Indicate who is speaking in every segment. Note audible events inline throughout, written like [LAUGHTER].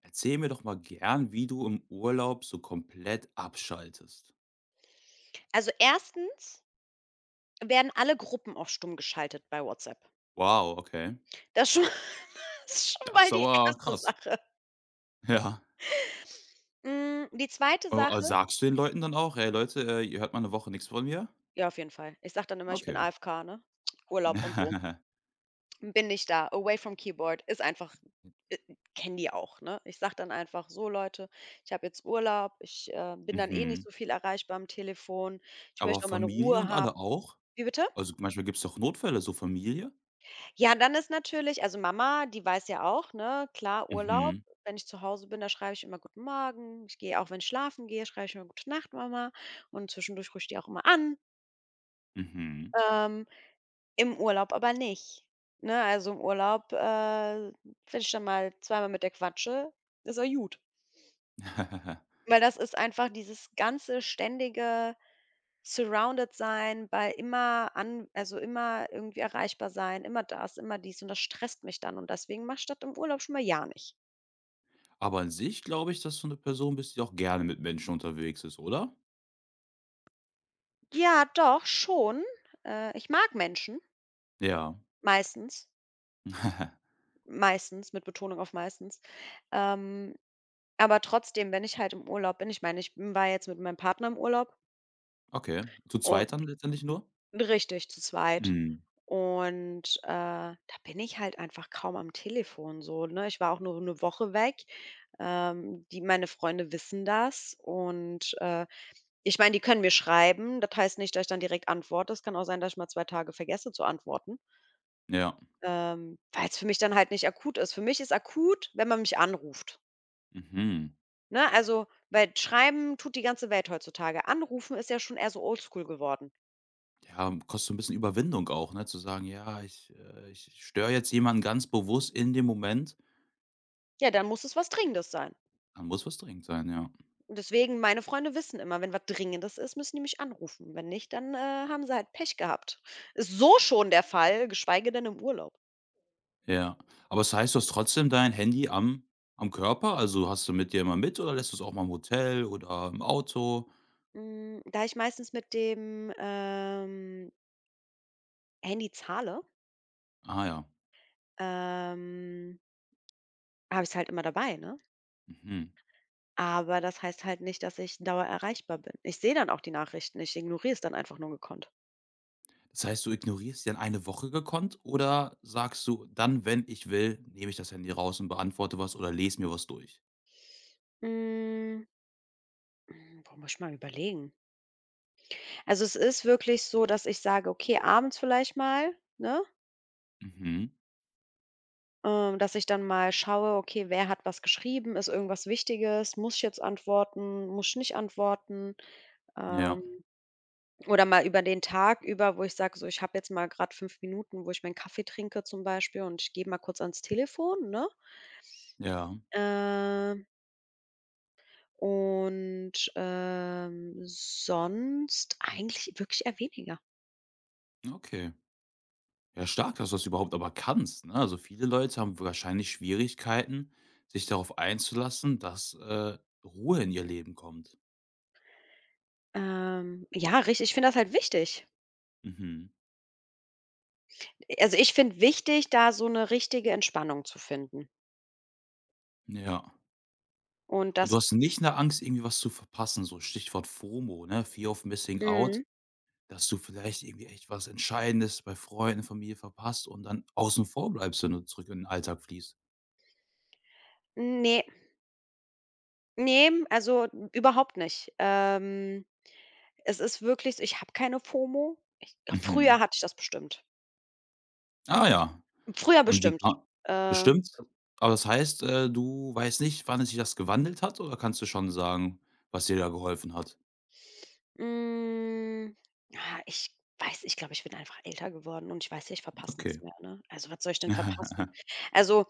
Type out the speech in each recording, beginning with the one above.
Speaker 1: Erzähl mir doch mal gern, wie du im Urlaub so komplett abschaltest.
Speaker 2: Also, erstens werden alle Gruppen auf stumm geschaltet bei WhatsApp.
Speaker 1: Wow, okay.
Speaker 2: Das schon [LAUGHS] das ist schon
Speaker 1: Das
Speaker 2: mal
Speaker 1: ist
Speaker 2: die
Speaker 1: aber
Speaker 2: erste
Speaker 1: krass.
Speaker 2: Sache.
Speaker 1: Ja.
Speaker 2: Hm, die zweite
Speaker 1: Aber,
Speaker 2: Sache.
Speaker 1: sagst du den Leuten dann auch: „Hey Leute, ihr hört mal eine Woche nichts von mir?“
Speaker 2: Ja, auf jeden Fall. Ich sage dann immer, ich bin
Speaker 1: Okay.
Speaker 2: AFK, ne? Urlaub und so.
Speaker 1: [LAUGHS]
Speaker 2: Bin nicht da, away from keyboard, ist einfach äh, kennen die auch, ne? Ich sage dann einfach: „So Leute, ich habe jetzt Urlaub, ich, bin dann eh nicht
Speaker 1: Mhm.
Speaker 2: so viel erreichbar am Telefon. Ich
Speaker 1: Aber
Speaker 2: möchte auch meine
Speaker 1: Familie
Speaker 2: Ruhe
Speaker 1: und
Speaker 2: haben."
Speaker 1: alle auch?
Speaker 2: Wie bitte?
Speaker 1: Also, manchmal gibt's doch Notfälle, so Familie?
Speaker 2: Ja, dann ist natürlich also Mama, die weiß ja auch, ne, klar, Urlaub.
Speaker 1: Mhm,
Speaker 2: Wenn ich zu Hause bin, da schreibe ich immer guten Morgen. Ich gehe auch wenn ich schlafen gehe, schreibe ich immer gute Nacht, Mama. Und zwischendurch rufe ich die auch immer an.
Speaker 1: mhm.
Speaker 2: Ähm, Im Urlaub aber nicht, ne? Also, im Urlaub, wenn ich dann mal zweimal mit der quatsche, ist er gut.
Speaker 1: [LAUGHS]
Speaker 2: Weil das ist einfach dieses ganze ständige surrounded sein, bei immer an also immer irgendwie erreichbar sein, immer das, immer dies und das stresst mich dann und deswegen mach ich das im Urlaub schon mal ja nicht.
Speaker 1: Aber an sich glaube ich, dass du eine Person bist, die auch gerne mit Menschen unterwegs ist, oder?
Speaker 2: Ja, doch, schon. Ich mag Menschen,
Speaker 1: Ja.
Speaker 2: meistens,
Speaker 1: [LAUGHS]
Speaker 2: meistens, mit Betonung auf meistens. Ähm, aber trotzdem, wenn ich halt im Urlaub bin ich meine, ich war jetzt mit meinem Partner im Urlaub
Speaker 1: Okay. Zu
Speaker 2: und
Speaker 1: zweit dann letztendlich nur?
Speaker 2: Richtig, zu zweit.
Speaker 1: Mhm,
Speaker 2: Und, da bin ich halt einfach kaum am Telefon so, ne? Ich war auch nur eine Woche weg. Die meine Freunde wissen das und, ich meine, die können mir schreiben. Das heißt nicht, dass ich dann direkt antworte. Es kann auch sein, dass ich mal 2 Tage vergesse zu antworten,
Speaker 1: ja.
Speaker 2: weil es für mich dann halt nicht akut ist. Für mich ist akut, wenn man mich anruft,
Speaker 1: Mhm.
Speaker 2: ne? Also, weil schreiben tut die ganze Welt heutzutage. Anrufen ist ja schon eher so oldschool geworden.
Speaker 1: Ja, kostet so 'n bisschen Überwindung auch, ne, zu sagen: „Ja, ich ich störe jetzt jemanden ganz bewusst in dem Moment.“
Speaker 2: Ja, dann muss es was Dringendes sein.
Speaker 1: Dann muss was dringend sein, ja.
Speaker 2: Und deswegen, meine Freunde wissen immer, wenn was Dringendes ist, müssen die mich anrufen. Wenn nicht, dann, haben sie halt Pech gehabt. Ist so schon der Fall, geschweige denn im Urlaub.
Speaker 1: Ja. Aber das heißt, du hast trotzdem dein Handy am Körper? Also, hast du mit dir immer mit oder lässt du es auch mal im Hotel oder im Auto?
Speaker 2: Hm, da ich meistens mit dem, Handy zahle,
Speaker 1: Ah ja.
Speaker 2: ähm, habe ich es halt immer dabei, ne?
Speaker 1: Mhm.
Speaker 2: Aber das heißt halt nicht, dass ich Dauer erreichbar bin. Ich sehe dann auch die Nachrichten, ich ignoriere es dann einfach nur gekonnt.
Speaker 1: Das heißt, du ignorierst dann eine Woche gekonnt oder sagst du: „Dann, wenn ich will, nehme ich das Handy raus und beantworte was oder lese mir was durch?“
Speaker 2: Hm, hm, boah, muss ich mal überlegen. Also, es ist wirklich so, dass ich sage: „Okay, abends vielleicht mal", ne?
Speaker 1: Mhm.
Speaker 2: Dass ich dann mal schaue, okay, wer hat was geschrieben? Ist irgendwas Wichtiges? Muss ich jetzt antworten? Muss ich nicht antworten?
Speaker 1: Ja.
Speaker 2: Ähm, oder mal über den Tag über, wo ich sage, so, ich habe jetzt mal gerade 5 Minuten, wo ich meinen Kaffee trinke zum Beispiel und ich gehe mal kurz ans Telefon, ne?
Speaker 1: Ja.
Speaker 2: Ähm, und sonst eigentlich wirklich eher weniger.
Speaker 1: Okay. Ja, stark, dass du das überhaupt aber kannst, ne? Also, viele Leute haben wahrscheinlich Schwierigkeiten, sich darauf einzulassen, dass, Ruhe in ihr Leben kommt.
Speaker 2: Ja, richtig. Ich finde das halt wichtig.
Speaker 1: Mhm.
Speaker 2: Also ich finde wichtig, da so eine richtige Entspannung zu finden.
Speaker 1: Ja.
Speaker 2: Und
Speaker 1: Und du
Speaker 2: das.
Speaker 1: hast nicht 'ne Angst, irgendwie was zu verpassen, so Stichwort FOMO, ne, Fear of Missing Out,
Speaker 2: Mhm.
Speaker 1: dass du vielleicht irgendwie echt was Entscheidendes bei Freunden, Familie verpasst und dann außen vor bleibst, wenn du zurück in den Alltag fließt.
Speaker 2: Ne, ne, also überhaupt nicht. Es ist wirklich so ich habe keine FOMO. Ich
Speaker 1: Mhm.
Speaker 2: Früher hatte ich das bestimmt.
Speaker 1: Ah ja.
Speaker 2: Früher
Speaker 1: Und wie
Speaker 2: bestimmt.
Speaker 1: ka
Speaker 2: Äh
Speaker 1: bestimmt. Aber das heißt, du weißt nicht, wann es sich das gewandelt hat oder kannst du schon sagen, was dir da geholfen hat?
Speaker 2: Hm, ja, ich weiß ich glaube, ich bin einfach älter geworden und ich weiß ja, ich verpasse
Speaker 1: Okay.
Speaker 2: nix mehr, ne? Also, was soll ich denn verpassen?
Speaker 1: [LAUGHS]
Speaker 2: Also,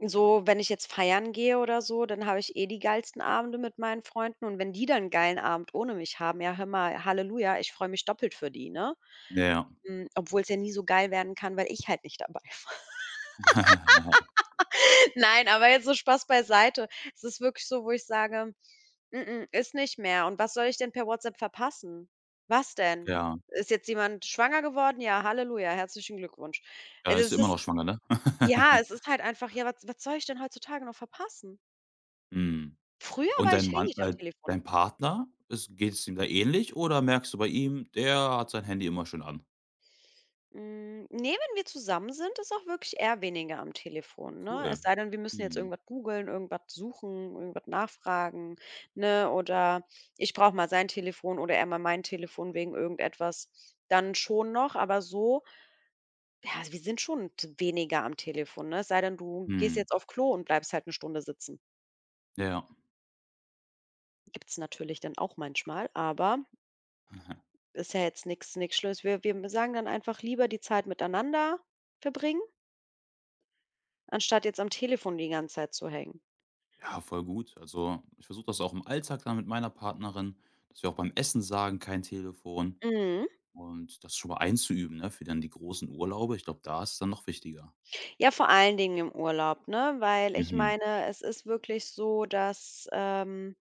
Speaker 2: so, wenn ich jetzt feiern gehe oder so, dann habe ich eh die geilsten Abende mit meinen Freunden und wenn die dann 'n geilen Abend ohne mich haben, ja, hör mal, Halleluja, ich freue mich doppelt für die, ne?
Speaker 1: Ja.
Speaker 2: Hm, obwohl's ja nie so geil werden kann, weil ich halt nicht dabei [LAUGHS] war.
Speaker 1: [LAUGHS]
Speaker 2: Nein, aber jetzt so Spaß beiseite. Es ist wirklich so, wo ich sage: „Mm, mm, ist nicht mehr." Und was soll ich denn per WhatsApp verpassen? Was denn?
Speaker 1: Ja.
Speaker 2: Ist jetzt jemand schwanger geworden? Ja, Halleluja, herzlichen Glückwunsch.
Speaker 1: Ja, dann
Speaker 2: Also,
Speaker 1: ist sie
Speaker 2: es
Speaker 1: immer noch
Speaker 2: ist
Speaker 1: schwanger, ne?
Speaker 2: ja,
Speaker 1: [LAUGHS]
Speaker 2: es ist halt einfach ja, was was soll ich denn heutzutage noch verpassen?
Speaker 1: Mhm.
Speaker 2: Früher
Speaker 1: Und
Speaker 2: war
Speaker 1: dein
Speaker 2: ich
Speaker 1: Mann
Speaker 2: hängig am Telefon.
Speaker 1: dein Partner, geht's ihm da ähnlich oder merkst du bei ihm, der hat sein Handy immer schön an?
Speaker 2: Hm, ne, wenn wir zusammen sind, ist auch wirklich eher weniger am Telefon, ne?
Speaker 1: Cool.
Speaker 2: Es sei denn, wir müssen jetzt
Speaker 1: Mhm.
Speaker 2: irgendwas googeln, irgendwas suchen, irgendwas nachfragen, ne? Oder ich brauche mal sein Telefon oder er mal mein Telefon wegen irgendetwas. Dann schon noch, aber so ja, also wir sind schon t weniger am Telefon, ne? Es sei denn, du gehst
Speaker 1: Mhm.
Speaker 2: jetzt auf Klo und bleibst halt eine Stunde sitzen.
Speaker 1: Ja.
Speaker 2: Gibt's natürlich dann auch manchmal, aber
Speaker 1: [LAUGHS]
Speaker 2: ist ja jetzt nichts, nichts Schlimmes. Wir wir sagen dann einfach lieber die Zeit miteinander verbringen anstatt jetzt am Telefon die ganze Zeit zu hängen.
Speaker 1: Ja, voll gut. Also, ich versuche das auch im Alltag dann mit meiner Partnerin, dass wir auch beim Essen sagen: „Kein Telefon.“
Speaker 2: Mhm.
Speaker 1: Und das schon mal einzuüben, ne, für dann die großen Urlaube. Ich glaube, da ist es dann noch wichtiger.
Speaker 2: Ja, vor allen Dingen im Urlaub, ne? Weil ich
Speaker 1: Mhm.
Speaker 2: meine, es ist wirklich so, dass,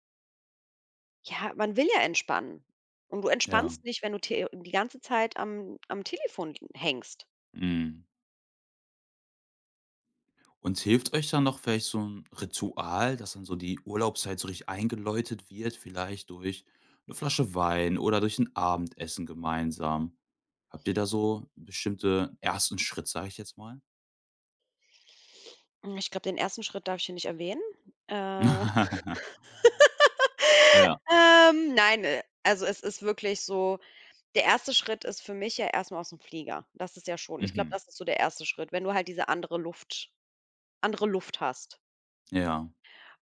Speaker 2: ja, man will ja entspannen. Und du
Speaker 1: Ja.
Speaker 2: entspannst nicht, wenn du te die ganze Zeit am Telefon l hängst.
Speaker 1: Mhm. Und hilft euch dann noch vielleicht so ein Ritual, dass dann so die Urlaubszeit so richtig eingeläutet wird, vielleicht durch eine Flasche Wein oder durch ein Abendessen gemeinsam? Habt ihr da so bestimmte ersten Schritt, sage ich jetzt mal?
Speaker 2: Hm, ich glaube, den ersten Schritt darf ich hier nicht erwähnen. Äh,
Speaker 1: [LAUGHS] Ja.
Speaker 2: [LAUGHS] nein, also es ist wirklich so der erste Schritt ist für mich ja erstmal aus dem Flieger. Das ist ja schon ich glaube,
Speaker 1: Mhm.
Speaker 2: das ist so der erste Schritt, wenn du halt diese andere Luft hast.
Speaker 1: Ja.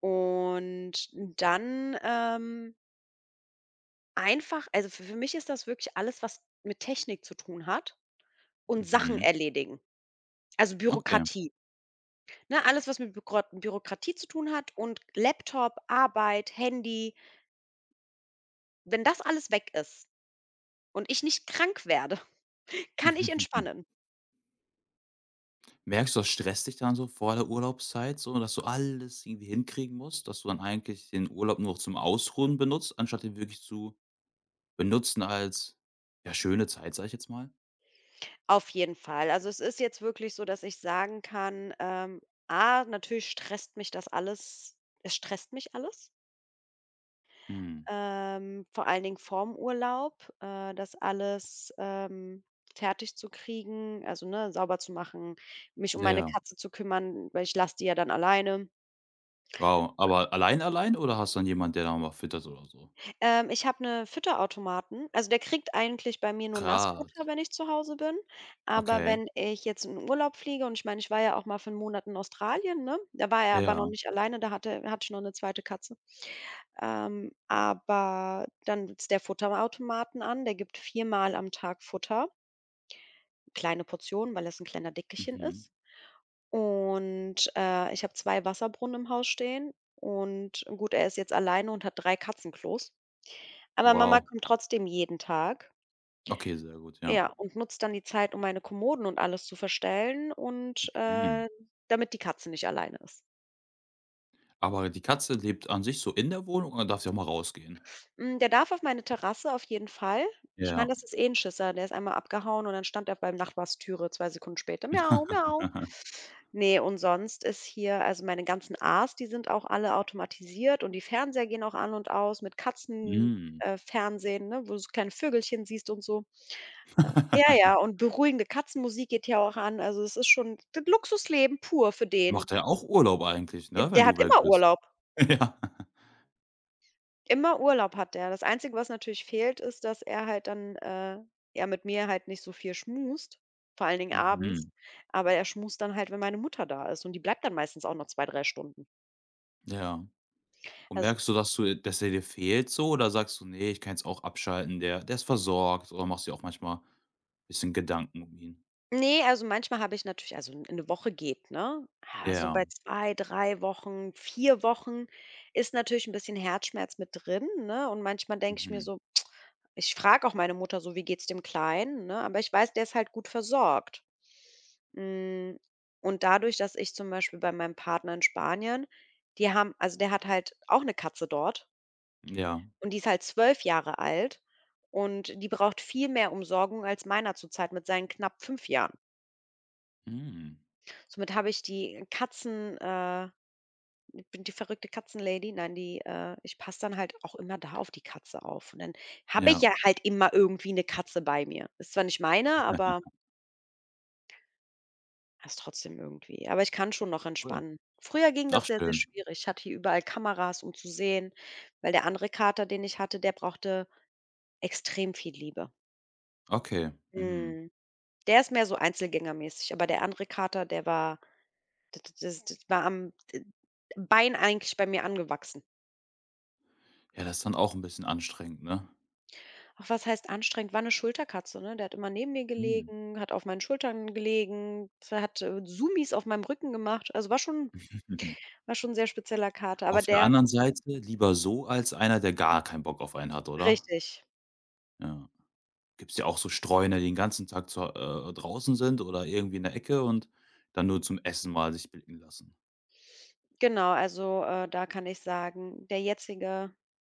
Speaker 2: Und dann, einfach also, für mich ist das wirklich alles, was mit Technik zu tun hat und Sachen
Speaker 1: Mhm.
Speaker 2: erledigen, also
Speaker 1: Okay.
Speaker 2: Bürokratie, ne? Alles, was mit Bürokratie zu tun hat und Laptop, Arbeit, Handy. Wenn das alles weg ist und ich nicht krank werde, [LAUGHS] kann ich
Speaker 1: [LAUGHS]
Speaker 2: entspannen,
Speaker 1: Merkst du, das stresst dich dann so vor der Urlaubszeit so, dass du alles irgendwie hinkriegen musst, dass du dann eigentlich den Urlaub nur noch zum Ausruhen benutzt, anstatt ihn wirklich zu benutzen als, ja, schöne Zeit, sage ich jetzt mal?
Speaker 2: auf jeden Fall. Also, es ist jetzt wirklich so, dass ich sagen kann, A, natürlich stresst mich das alles es stresst mich alles.
Speaker 1: Mhm.
Speaker 2: Vor allen Dingen vorm Urlaub, das alles, fertig zu kriegen, also, ne, sauber zu machen, mich um meine
Speaker 1: Ja.
Speaker 2: Katze zu kümmern, weil ich lasse die ja dann alleine.
Speaker 1: Wow. Aber allein oder hast du dann jemand, der da mal füttert oder so?
Speaker 2: Ich habe 'ne Fütterautomaten. Also, der kriegt eigentlich bei mir nur
Speaker 1: Krass.
Speaker 2: Nassfutter, wenn ich zu Hause bin. Aber
Speaker 1: Okay.
Speaker 2: wenn ich jetzt in Urlaub fliege und ich meine, ich war ja auch mal für 'n Monat in Australien, ne? Da war er aber noch
Speaker 1: Ja.
Speaker 2: nicht alleine, da hatte ich noch 'ne 2. Katze. Aber dann ist der Futterautomaten an, der gibt viermal am Tag Futter. Kleine Portionen, weil es ein kleiner Dickerchen
Speaker 1: Mhm.
Speaker 2: ist. Und, ich habe 2 Wasserbrunnen im Haus stehen und gut, er ist jetzt alleine und hat 3 Katzenklos. Aber Mama
Speaker 1: Wow.
Speaker 2: kommt trotzdem jeden Tag,
Speaker 1: Okay, sehr gut, ja.
Speaker 2: ja, und nutzt dann die Zeit, um meine Kommoden und alles zu verstellen und,
Speaker 1: Mhm.
Speaker 2: damit die Katze nicht alleine ist.
Speaker 1: Aber die Katze lebt an sich so in der Wohnung oder darf sie auch mal rausgehen?
Speaker 2: Hm, der darf auf meine Terrasse auf jeden Fall. Ich meine,
Speaker 1: Ja.
Speaker 2: das ist eh 'n Schisser, der ist einmal abgehauen und dann stand er beim Nachbarstüre 2 Sekunden später: „Miau, miau."
Speaker 1: [LAUGHS]
Speaker 2: Nee und sonst ist hier also meine ganzen A's, die sind auch alle automatisiert und die Fernseher gehen auch an und aus mit Katzen
Speaker 1: Mhm.
Speaker 2: Fernsehen, ne, wo du so kleine Vögelchen siehst und so. Ja,
Speaker 1: [LAUGHS]
Speaker 2: ja, und beruhigende Katzenmusik geht ja auch an. Also, es ist schon d Luxusleben pur für den.
Speaker 1: Macht er auch Urlaub eigentlich, ne, wenn
Speaker 2: Der
Speaker 1: du
Speaker 2: hat
Speaker 1: weg
Speaker 2: immer
Speaker 1: bist?
Speaker 2: Urlaub.
Speaker 1: [LAUGHS] Ja.
Speaker 2: Immer Urlaub hat der. Das Einzige, was natürlich fehlt, ist, dass er halt dann, ja, mit mir halt nicht so viel schmust, vor allen Dingen abends.
Speaker 1: Mhm,
Speaker 2: Aber er schmust dann halt, wenn meine Mutter da ist und die bleibt dann meistens auch noch 2, 3 Stunden.
Speaker 1: ja. Und
Speaker 2: Also.
Speaker 1: merkst du, dass der dir fehlt so oder sagst du: nee, ich kann jetzt auch abschalten, der ist versorgt“, oder machst dir auch manchmal ein bisschen Gedanken um ihn?
Speaker 2: Nee, also manchmal habe ich natürlich also n- eine Woche geht, ne? Ah, so
Speaker 1: Ja.
Speaker 2: bei 2, 3 Wochen, 4 Wochen ist natürlich ein bisschen Herzschmerz mit drin, ne? Und manchmal denke ich mir
Speaker 1: Mhm.
Speaker 2: so ich frage auch meine Mutter so: „Wie geht's dem Kleinen?", ne? Aber ich weiß, der ist halt gut versorgt. Hm, und dadurch, dass ich zum Beispiel bei meinem Partner in Spanien die haben also der hat halt auch eine Katze dort
Speaker 1: Ja.
Speaker 2: und die ist halt 12 Jahre alt und die braucht viel mehr Umsorgung als meiner zurzeit mit seinen knapp 5 Jahren.
Speaker 1: Mhm.
Speaker 2: Somit habe ich die Katzen bin die verrückte Katzenlady. Nein, die ich passe dann halt auch immer da auf die Katze auf. Und dann habe ich
Speaker 1: Ja.
Speaker 2: ja halt immer irgendwie eine Katze bei mir. Ist zwar nicht meine, aber
Speaker 1: [LAUGHS]
Speaker 2: ist trotzdem irgendwie aber ich kann schon noch
Speaker 1: Cool.
Speaker 2: entspannen. Früher ging
Speaker 1: Ach
Speaker 2: das sehr, sehr
Speaker 1: schön.
Speaker 2: schwierig. Ich hatte hier überall Kameras, um zu sehen, weil der andere Kater, den ich hatte, der brauchte extrem viel Liebe.
Speaker 1: Okay. Mhm.
Speaker 2: Mhm. Der ist mehr so einzelgängermäßig, aber der andere Kater, der war d das das war am Bein eigentlich bei mir angewachsen.
Speaker 1: Ja, das ist dann auch ein bisschen anstrengend, ne?
Speaker 2: Ach, was heißt anstrengend? War eine Schulterkatze, ne? Der hat immer neben mir
Speaker 1: Mhm.
Speaker 2: gelegen, hat auf meinen Schultern gelegen, der hat, Zoomies auf meinem Rücken gemacht. Also, war schon
Speaker 1: [LAUGHS]
Speaker 2: war schon 'n sehr spezieller Kater, aber
Speaker 1: Auf der
Speaker 2: der
Speaker 1: anderen Seite lieber so als einer, der gar keinen Bock auf einen hat, oder?
Speaker 2: richtig,
Speaker 1: Ja. Gibt's ja auch so Streuner, die den ganzen Tag zu draußen sind oder irgendwie in der Ecke und dann nur zum Essen mal sich blicken lassen.
Speaker 2: genau. Also, da kann ich sagen, der jetzige,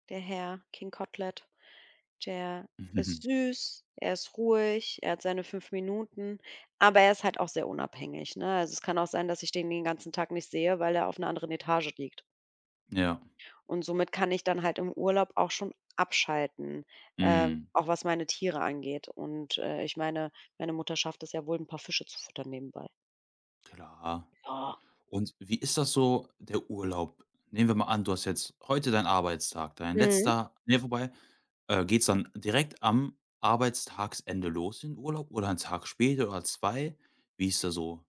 Speaker 2: der Herr King Kotlet, der
Speaker 1: [LAUGHS]
Speaker 2: ist
Speaker 1: Mhm.
Speaker 2: süß, er ist ruhig, er hat seine 5 Minuten, aber er ist halt auch sehr unabhängig, ne? Also, es kann auch sein, dass ich den ganzen Tag nicht sehe, weil er auf einer anderen Etage liegt.
Speaker 1: Ja,
Speaker 2: Und somit kann ich dann halt im Urlaub auch schon abschalten,
Speaker 1: mhm,
Speaker 2: auch was meine Tiere angeht. Und, ich meine, meine Mutter schafft es ja wohl, ein paar Fische zu füttern nebenbei.
Speaker 1: klar.
Speaker 2: Ja.
Speaker 1: Und wie ist das so der Urlaub? Nehmen wir mal an, du hast jetzt heute deinen Arbeitstag, dein
Speaker 2: Mhm.
Speaker 1: letzter ne, vorbei. Geht's dann direkt am Arbeitstagsende los in den Urlaub oder 'n Tag später oder 2? Wie ist da so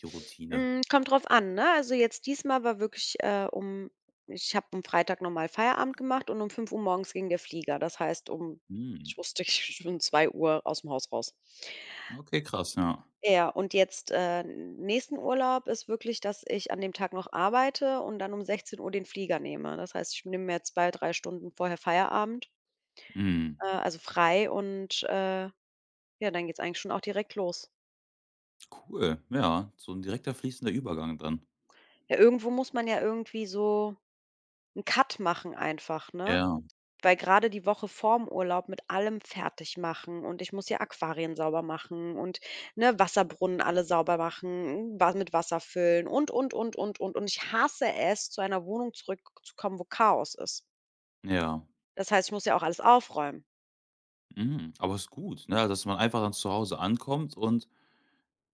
Speaker 1: die Routine?
Speaker 2: Hm, kommt drauf an, ne? Also, jetzt diesmal war wirklich, um ich habe am Freitag normal Feierabend gemacht und um 5 Uhr morgens ging der Flieger. Das heißt, um
Speaker 1: Mhm,
Speaker 2: ich wusste [LAUGHS] ich bin um 2 Uhr aus dem Haus raus.
Speaker 1: okay, krass, ja.
Speaker 2: Ja, und jetzt, nächsten Urlaub ist wirklich, dass ich an dem Tag noch arbeite und dann um 16 Uhr den Flieger nehme. Das heißt, ich nehme mir jetzt 2, 3 Stunden vorher Feierabend,
Speaker 1: Mhm,
Speaker 2: also frei und, ja, dann geht's eigentlich schon auch direkt los.
Speaker 1: cool, ja, so ein direkter fließender Übergang dann.
Speaker 2: Ja, irgendwo muss man ja irgendwie so 'n Cut machen einfach, ne?
Speaker 1: Ja.
Speaker 2: Weil gerade die Woche vorm Urlaub mit allem fertig machen und ich muss ja Aquarien sauber machen und, ne, Wasserbrunnen alle sauber machen, was mit Wasser füllen und, und. Und ich hasse es, zu einer Wohnung zurückzukommen, wo Chaos ist.
Speaker 1: Ja,
Speaker 2: Das heißt, ich muss ja auch alles aufräumen.
Speaker 1: mhm, aber ist gut, ne, also, dass man einfach dann zu Hause ankommt und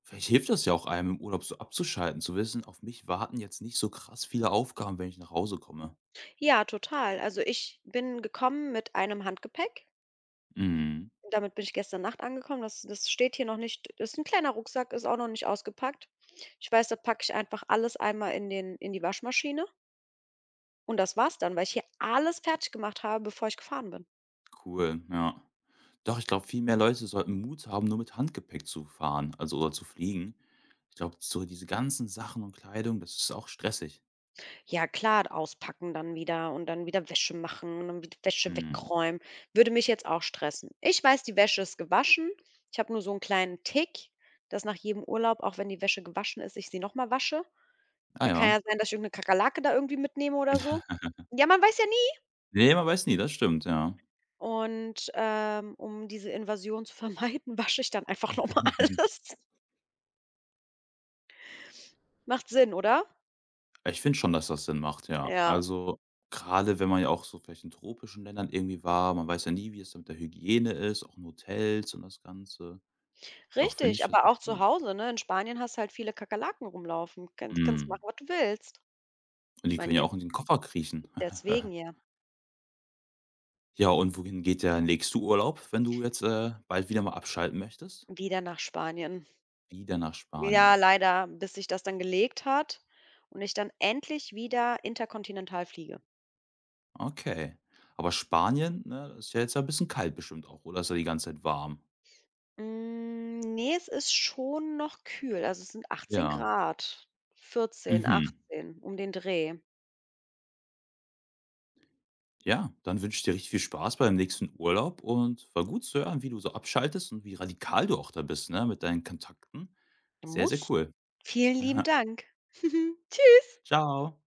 Speaker 1: vielleicht hilft das ja auch einem im Urlaub so abzuschalten, zu wissen: „Auf mich warten jetzt nicht so krass viele Aufgaben, wenn ich nach Hause komme.“
Speaker 2: Ja, total. Also, ich bin gekommen mit einem Handgepäck.
Speaker 1: Mhm,
Speaker 2: Damit bin ich gestern Nacht angekommen. Das das steht hier noch nicht ist ein kleiner Rucksack, ist auch noch nicht ausgepackt. Ich weiß, da packe ich einfach alles einmal in den in die Waschmaschine. Und das war's dann, weil ich hier alles fertig gemacht habe, bevor ich gefahren bin.
Speaker 1: cool, ja. Doch, ich glaube, viel mehr Leute sollten Mut haben, nur mit Handgepäck zu fahren, also oder zu fliegen. Ich glaube, so diese ganzen Sachen und Kleidung, das ist auch stressig.
Speaker 2: Ja klar, auspacken dann wieder und dann wieder Wäsche machen und dann wieder Wäsche
Speaker 1: Mhm.
Speaker 2: wegräumen. Würde mich jetzt auch stressen. Ich weiß, die Wäsche ist gewaschen. Ich habe nur so einen kleinen Tick, dass nach jedem Urlaub, auch wenn die Wäsche gewaschen ist, ich sie noch mal wasche,
Speaker 1: Ah
Speaker 2: weil kann
Speaker 1: ja.
Speaker 2: ja sein, dass ich irgendeine 'ne Kakerlake da irgendwie mitnehme oder so. Ja, man weiß ja nie.
Speaker 1: Ne, man weiß nie, das stimmt, ja.
Speaker 2: Und, um diese Invasion zu vermeiden, [LAUGHS] wasche ich dann einfach noch mal [LAUGHS]
Speaker 1: [LAUGHS]
Speaker 2: alles. Macht Sinn, oder?
Speaker 1: Ja, ich finde schon, dass das Sinn macht, ja.
Speaker 2: Ja.
Speaker 1: Also, gerade, wenn man ja auch so vielleicht in tropischen Ländern irgendwie war, man weiß ja nie, wie es da mit der Hygiene ist, auch in Hotels und das Ganze. Doch, finde
Speaker 2: Richtig,
Speaker 1: ich
Speaker 2: aber auch
Speaker 1: tatsächlich
Speaker 2: zu
Speaker 1: gut.
Speaker 2: Hause, ne? In Spanien hast du halt viele Kakerlaken rumlaufen. Kannst
Speaker 1: Mhm.
Speaker 2: machen, was du willst.
Speaker 1: Und
Speaker 2: Ich
Speaker 1: die können
Speaker 2: meine,
Speaker 1: ja auch
Speaker 2: jetzt
Speaker 1: in den Koffer kriechen. [LAUGHS]
Speaker 2: deswegen ja
Speaker 1: Ja, und wohin geht der nächste Urlaub, wenn du jetzt, bald wieder mal abschalten möchtest?
Speaker 2: wieder nach Spanien.
Speaker 1: Wieder nach
Speaker 2: Ja,
Speaker 1: Spanien.
Speaker 2: leider, bis sich das dann gelegt hat und ich dann endlich wieder interkontinental fliege.
Speaker 1: Okay. Aber Spanien, ne, ist ja jetzt ja 'n bisschen kalt bestimmt auch, oder ist ja die ganze Zeit warm?
Speaker 2: Hm, ne, es ist schon noch kühl. Also, es sind 18
Speaker 1: Ja.
Speaker 2: Grad, 14,
Speaker 1: Mhm.
Speaker 2: 18, um den Dreh.
Speaker 1: Ja, dann wünsche ich dir richtig viel Spaß beim nächsten Urlaub und war gut zu hören, wie du so abschaltest und wie radikal du auch da bist, ne, mit deinen Kontakten. Sehr, sehr
Speaker 2: Muss.
Speaker 1: cool.
Speaker 2: Vielen lieben
Speaker 1: [LAUGHS]
Speaker 2: Dank. [LAUGHS] Tschüss.
Speaker 1: Ciao.